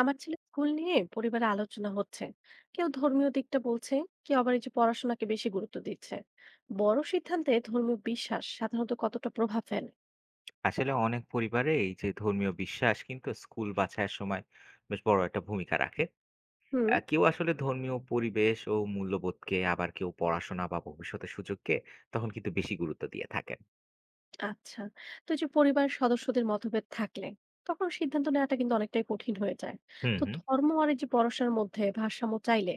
আমার ছেলে স্কুল নিয়ে পরিবারে আলোচনা হচ্ছে। কেউ ধর্মীয় দিকটা বলছে, কেউ আবার এই যে পড়াশোনাকে বেশি গুরুত্ব দিচ্ছে। বড় সিদ্ধান্তে ধর্মীয় বিশ্বাস সাধারণত কতটা প্রভাব ফেলে? আসলে অনেক পরিবারে এই যে ধর্মীয় বিশ্বাস কিন্তু স্কুল বাছাইয়ের সময় বেশ বড় একটা ভূমিকা রাখে। হুম। কেউ আসলে ধর্মীয় পরিবেশ ও মূল্যবোধকে, আবার কেউ পড়াশোনা বা ভবিষ্যতের সুযোগকে তখন কিন্তু বেশি গুরুত্ব দিয়ে থাকেন। আচ্ছা, তো এই যে পরিবারের সদস্যদের মতভেদ থাকলে তখন সিদ্ধান্ত নেওয়াটা কিন্তু অনেকটাই কঠিন হয়ে যায়। হুম তো হুম। ধর্ম আর এই যে পড়াশোনার মধ্যে ভারসাম্য চাইলে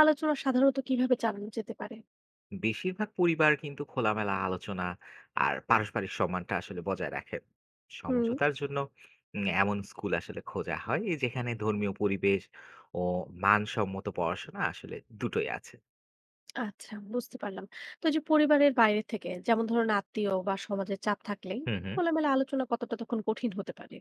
আলোচনা সাধারণত কিভাবে চালানো যেতে পারে? বেশিরভাগ পরিবার কিন্তু খোলামেলা আলোচনা আর পারস্পরিক সম্মানটা আসলে বজায় রাখে হুম। সমঝোতার জন্য। এমন স্কুল আসলে খোঁজা হয়, এই যেখানে ধর্মীয় পরিবেশ ও মানসম্মত পড়াশোনা আসলে দুটোই আছে। আচ্ছা, বুঝতে পারলাম। তো এই যে পরিবারের বাইরে থেকে যেমন ধরুন আত্মীয় বা সমাজের চাপ থাকলে হুম হুম। খোলামেলা আলোচনা কতটা তখন কঠিন হতে পারে?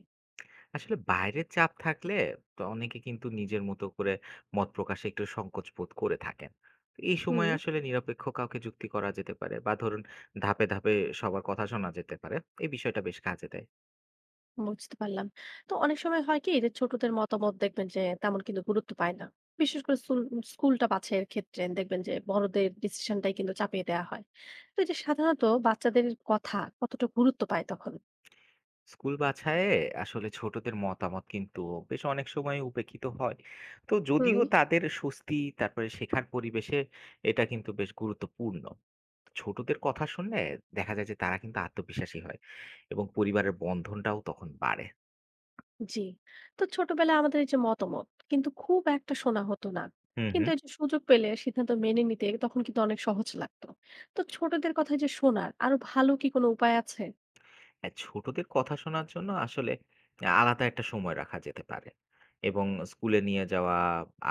আসলে বাইরের চাপ থাকলে তো অনেকে কিন্তু নিজের মতো করে মত প্রকাশে একটু সংকোচ বোধ করে থাকেন। তো এই হুম। সময় আসলে নিরপেক্ষ কাউকে যুক্তি করা যেতে পারে, বা ধরুন ধাপে ধাপে সবার কথা শোনা যেতে পারে। এই বিষয়টা বেশ কাজে দেয়। বুঝতে পারলাম। তো অনেক সময় হয় কি যে ছোটদের মতামত দেখবেন যে তেমন কিন্তু গুরুত্ব পায় না। বিশেষ করে স্কুলটা বাছাইয়ের ক্ষেত্রে দেখবেন যে বড়দের ডিসিশনটাই কিন্তু চাপিয়ে দেওয়া হয়। তো এটা সাধারণত বাচ্চাদের কথা কতটা গুরুত্ব পায় তখন? স্কুল বাছায়ে আসলে ছোটদের মতামত কিন্তু বেশ অনেক সময় উপেক্ষিত হয়। তো হুম। যদিও তাদের স্বস্তি, তারপরে শেখার পরিবেশে এটা কিন্তু বেশ গুরুত্বপূর্ণ। ছোটদের কথা শুনলে দেখা যায় যে তারা কিন্তু আত্মবিশ্বাসী হয়, এবং পরিবারের বন্ধনটাও তখন বাড়ে। জি, তো ছোটবেলায় আমাদের এই যে মতামত কিন্তু খুব একটা শোনা হতো না, হুম কিন্তু হুম। এই যে সুযোগ পেলে সিদ্ধান্ত মেনে নিতে তখন কিন্তু অনেক সহজ লাগতো। তো ছোটদের কথা যে শোনার আরো ভালো কি কোনো উপায় আছে? হ্যাঁ, ছোটদের কথা শোনার জন্য আসলে আলাদা একটা সময় রাখা যেতে পারে, এবং স্কুলে নিয়ে যাওয়া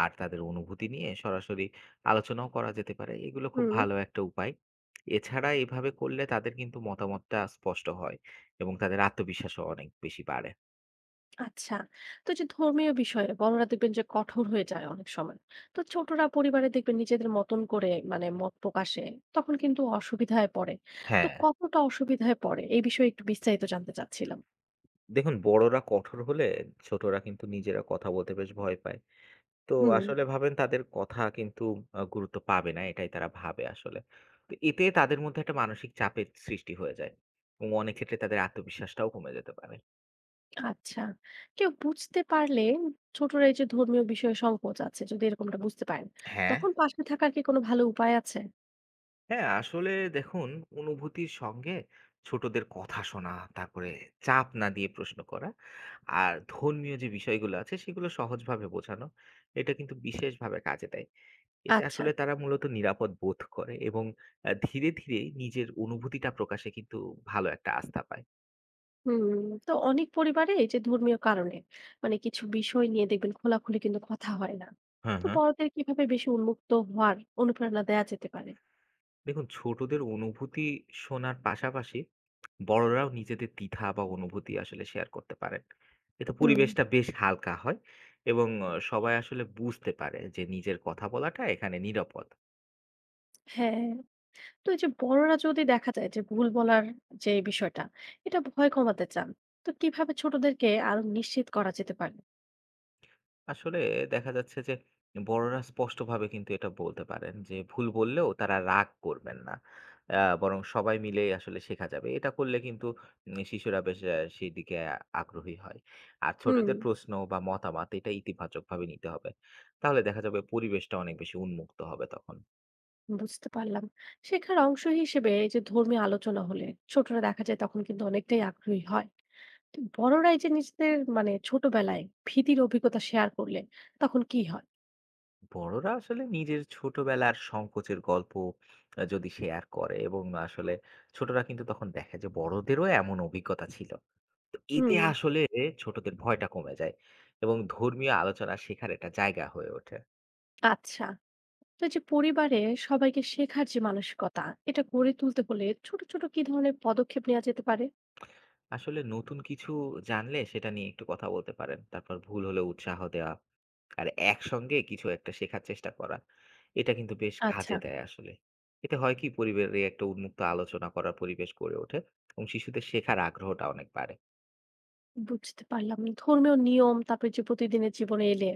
আর তাদের অনুভূতি নিয়ে সরাসরি আলোচনাও করা যেতে পারে। এগুলো খুব হুম। ভালো একটা উপায়। এছাড়া এভাবে করলে তাদের কিন্তু মতামতটা স্পষ্ট হয়, এবং তাদের আত্মবিশ্বাসও অনেক বেশি বাড়ে। আচ্ছা, তো এই যে ধর্মীয় বিষয়ে বড়রা দেখবেন যে কঠোর হয়ে যায় অনেক সময়। তো ছোটরা পরিবারে দেখবেন নিজেদের মতন করে মানে মত প্রকাশে তখন কিন্তু অসুবিধায় পড়ে। তো হ্যাঁ। কতটা অসুবিধায় পড়ে এই বিষয়ে একটু বিস্তারিত জানতে চাচ্ছিলাম। দেখুন, বড়রা কঠোর হলে ছোটরা কিন্তু নিজেরা কথা বলতে বেশ ভয় পায়। তো হুম। আসলে ভাবেন তাদের কথা কিন্তু গুরুত্ব পাবে না, এটাই তারা ভাবে আসলে। তো এতে তাদের মধ্যে একটা মানসিক চাপের সৃষ্টি হয়ে যায়, এবং অনেক ক্ষেত্রে তাদের আত্মবিশ্বাসটাও কমে যেতে পারে। আচ্ছা। কেউ বুঝতে পারলে ছোটরা এই যে ধর্মীয় বিষয়ে সংকোচ আছে যদি এরকমটা বুঝতে পারেন, হ্যাঁ। তখন পাশে থাকার কি কোনো ভালো উপায় আছে? হ্যাঁ, আসলে দেখুন, অনুভূতির সঙ্গে ছোটদের কথা শোনা, তারপরে চাপ না দিয়ে প্রশ্ন করা, আর ধর্মীয় যে বিষয়গুলো আছে সেগুলো সহজভাবে বোঝানো। এটা কিন্তু বিশেষভাবে কাজে দেয়। এতে আচ্ছা। আসলে তারা মূলত নিরাপদ বোধ করে, এবং ধীরে, ধীরে নিজের অনুভূতিটা প্রকাশে কিন্তু ভালো একটা আস্থা পায়। হুম। তো অনেক পরিবারে এই যে ধর্মীয় কারণে মানে কিছু বিষয় নিয়ে দেখবেন খোলাখুলি কিন্তু কথা হয় না। হ্যাঁ, তো হ্যাঁ। বড়দের কিভাবে বেশি উন্মুক্ত হওয়ার অনুপ্রেরণা দেয়া যেতে পারে? দেখুন, ছোটদের অনুভূতি শোনার পাশাপাশি বড়রাও নিজেদের দ্বিধা বা অনুভূতি আসলে শেয়ার করতে পারেন। এতে হুম, পরিবেশটা বেশ হালকা হয়, এবং সবাই আসলে বুঝতে পারে যে নিজের কথা বলাটা এখানে নিরাপদ। হ্যাঁ। তো এই যে বড়রা যদি দেখা যায় যে ভুল বলার যে বিষয়টা, এটা ভয় কমাতে চান, তো কিভাবে ছোটদেরকে আরো নিশ্চিত করা যেতে পারে? আসলে দেখা যাচ্ছে যে বড়রা স্পষ্টভাবে কিন্তু এটা বলতে পারেন যে ভুল বললেও তারা রাগ করবেন না। বরং সবাই মিলে আসলে শেখা যাবে। এটা করলে কিন্তু শিশুরা বেশ সেদিকে আগ্রহী হয়। আর হুম। ছোটদের প্রশ্ন বা মতামত এটা ইতিবাচকভাবে নিতে হবে। তাহলে দেখা যাবে পরিবেশটা অনেক বেশি উন্মুক্ত হবে তখন। বুঝতে পারলাম। শেখার অংশ হিসেবে এই যে ধর্মীয় আলোচনা হলে ছোটরা দেখা যায় তখন কিন্তু অনেকটাই আগ্রহী হয়। তো বড়রা এই যে নিজেদের মানে ছোটবেলায় ভীতির অভিজ্ঞতা শেয়ার করলে তখন কি হয়? বড়রা আসলে নিজের ছোটবেলার সংকোচের গল্প যদি শেয়ার করে, এবং আসলে ছোটরা কিন্তু তখন দেখে যে বড়দেরও এমন অভিজ্ঞতা ছিল। তো এতে হুম, আসলে ছোটদের ভয়টা কমে যায়, এবং ধর্মীয় আলোচনা শেখার একটা জায়গা হয়ে ওঠে। আচ্ছা। তো এই যে পরিবারে সবাইকে শেখার যে মানসিকতা এটা গড়ে তুলতে হলে ছোট ছোট কি ধরনের পদক্ষেপ নেওয়া যেতে পারে? আসলে নতুন কিছু জানলে সেটা নিয়ে একটু কথা বলতে পারেন। তারপর ভুল হলে উৎসাহ দেওয়া। আর একসঙ্গে কিছু একটা শেখার চেষ্টা করা। এটা কিন্তু বেশ আচ্ছা, কাজে দেয় আসলে। এতে হয় কি, পরিবারে একটা উন্মুক্ত আলোচনা করার পরিবেশ গড়ে ওঠে, এবং শিশুদের শেখার আগ্রহটা অনেক বাড়ে। বুঝতে পারলাম। ধর্মীয় নিয়ম তারপরে যে প্রতিদিনের জীবনে এলে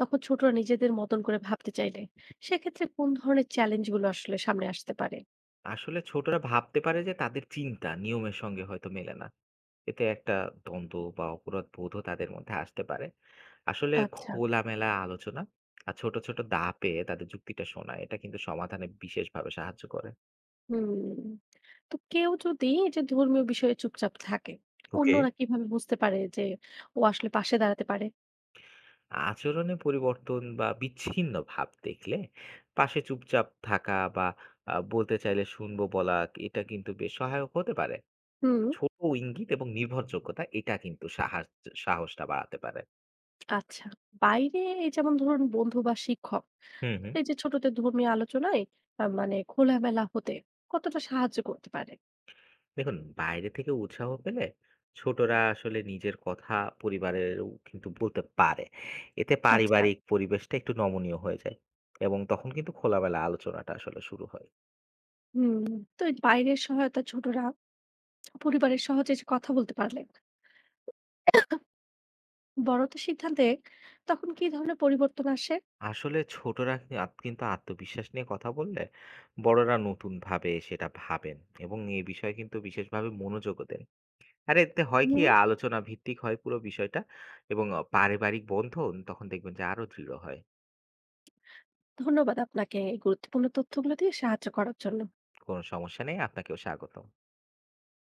তখন ছোটরা নিজেদের মতন করে ভাবতে চাইলে সেক্ষেত্রে কোন ধরনের চ্যালেঞ্জ গুলো আসলে সামনে আসতে পারে? আসলে ছোটরা ভাবতে পারে যে তাদের চিন্তা নিয়মের সঙ্গে হয়তো মেলে না। এতে একটা দ্বন্দ্ব বা অপরাধ বোধও তাদের মধ্যে আসতে পারে। আসলে আচ্ছা। খোলামেলা আলোচনা আর ছোট, ছোট ধাপে তাদের যুক্তিটা শোনা, এটা কিন্তু সমাধানে বিশেষভাবে সাহায্য করে। হুম। তো কেউ যদি এই যে ধর্মীয় বিষয়ে চুপচাপ থাকে, ওকে। অন্যরা কিভাবে বুঝতে পারে যে ও আসলে পাশে দাঁড়াতে পারে? আচরণে পরিবর্তন বা বিচ্ছিন্ন ভাব দেখলে পাশে চুপচাপ থাকা, বা বলতে চাইলে শুনবো বলা, এটা কিন্তু বেশ সহায়ক হতে পারে। হুম। ছোট ইঙ্গিত এবং নির্ভরযোগ্যতা, এটা কিন্তু সাহায্য সাহসটা বাড়াতে পারে। আচ্ছা। বাইরে এই যেমন ধরুন বন্ধু বা শিক্ষক, হুম, হুম। এই যে ছোটদের ধর্মীয় আলোচনায় মানে খোলামেলা হতে কতটা সাহায্য করতে পারে? দেখুন, বাইরে থেকে উৎসাহ পেলে ছোটরা আসলে নিজের কথা পরিবারেরও কিন্তু বলতে পারে। এতে আচ্ছা। পারিবারিক পরিবেশটা একটু নমনীয় হয়ে যায়, এবং তখন কিন্তু খোলামেলা আলোচনাটা আসলে শুরু হয়। হুম। তো এই বাইরের সহায়তা ছোটরা পরিবারের সহজে যে কথা বলতে পারলে বড়দের সিদ্ধান্তে তখন কি ধরনের পরিবর্তন আসে? আসলে ছোটরা কি কিন্তু আত্মবিশ্বাস নিয়ে কথা বললে বড়রা নতুনভাবে সেটা ভাবেন, এবং এ বিষয়ে কিন্তু বিশেষভাবে মনোযোগও দেন। আর এতে হয় কি, হুম। আলোচনা ভিত্তিক হয় পুরো বিষয়টা, এবং পারিবারিক বন্ধন তখন দেখবেন যে আরো দৃঢ় হয়। ধন্যবাদ আপনাকে এই গুরুত্বপূর্ণ তথ্যগুলো দিয়ে সাহায্য করার জন্য। কোনো সমস্যা নেই, আপনাকেও স্বাগতম।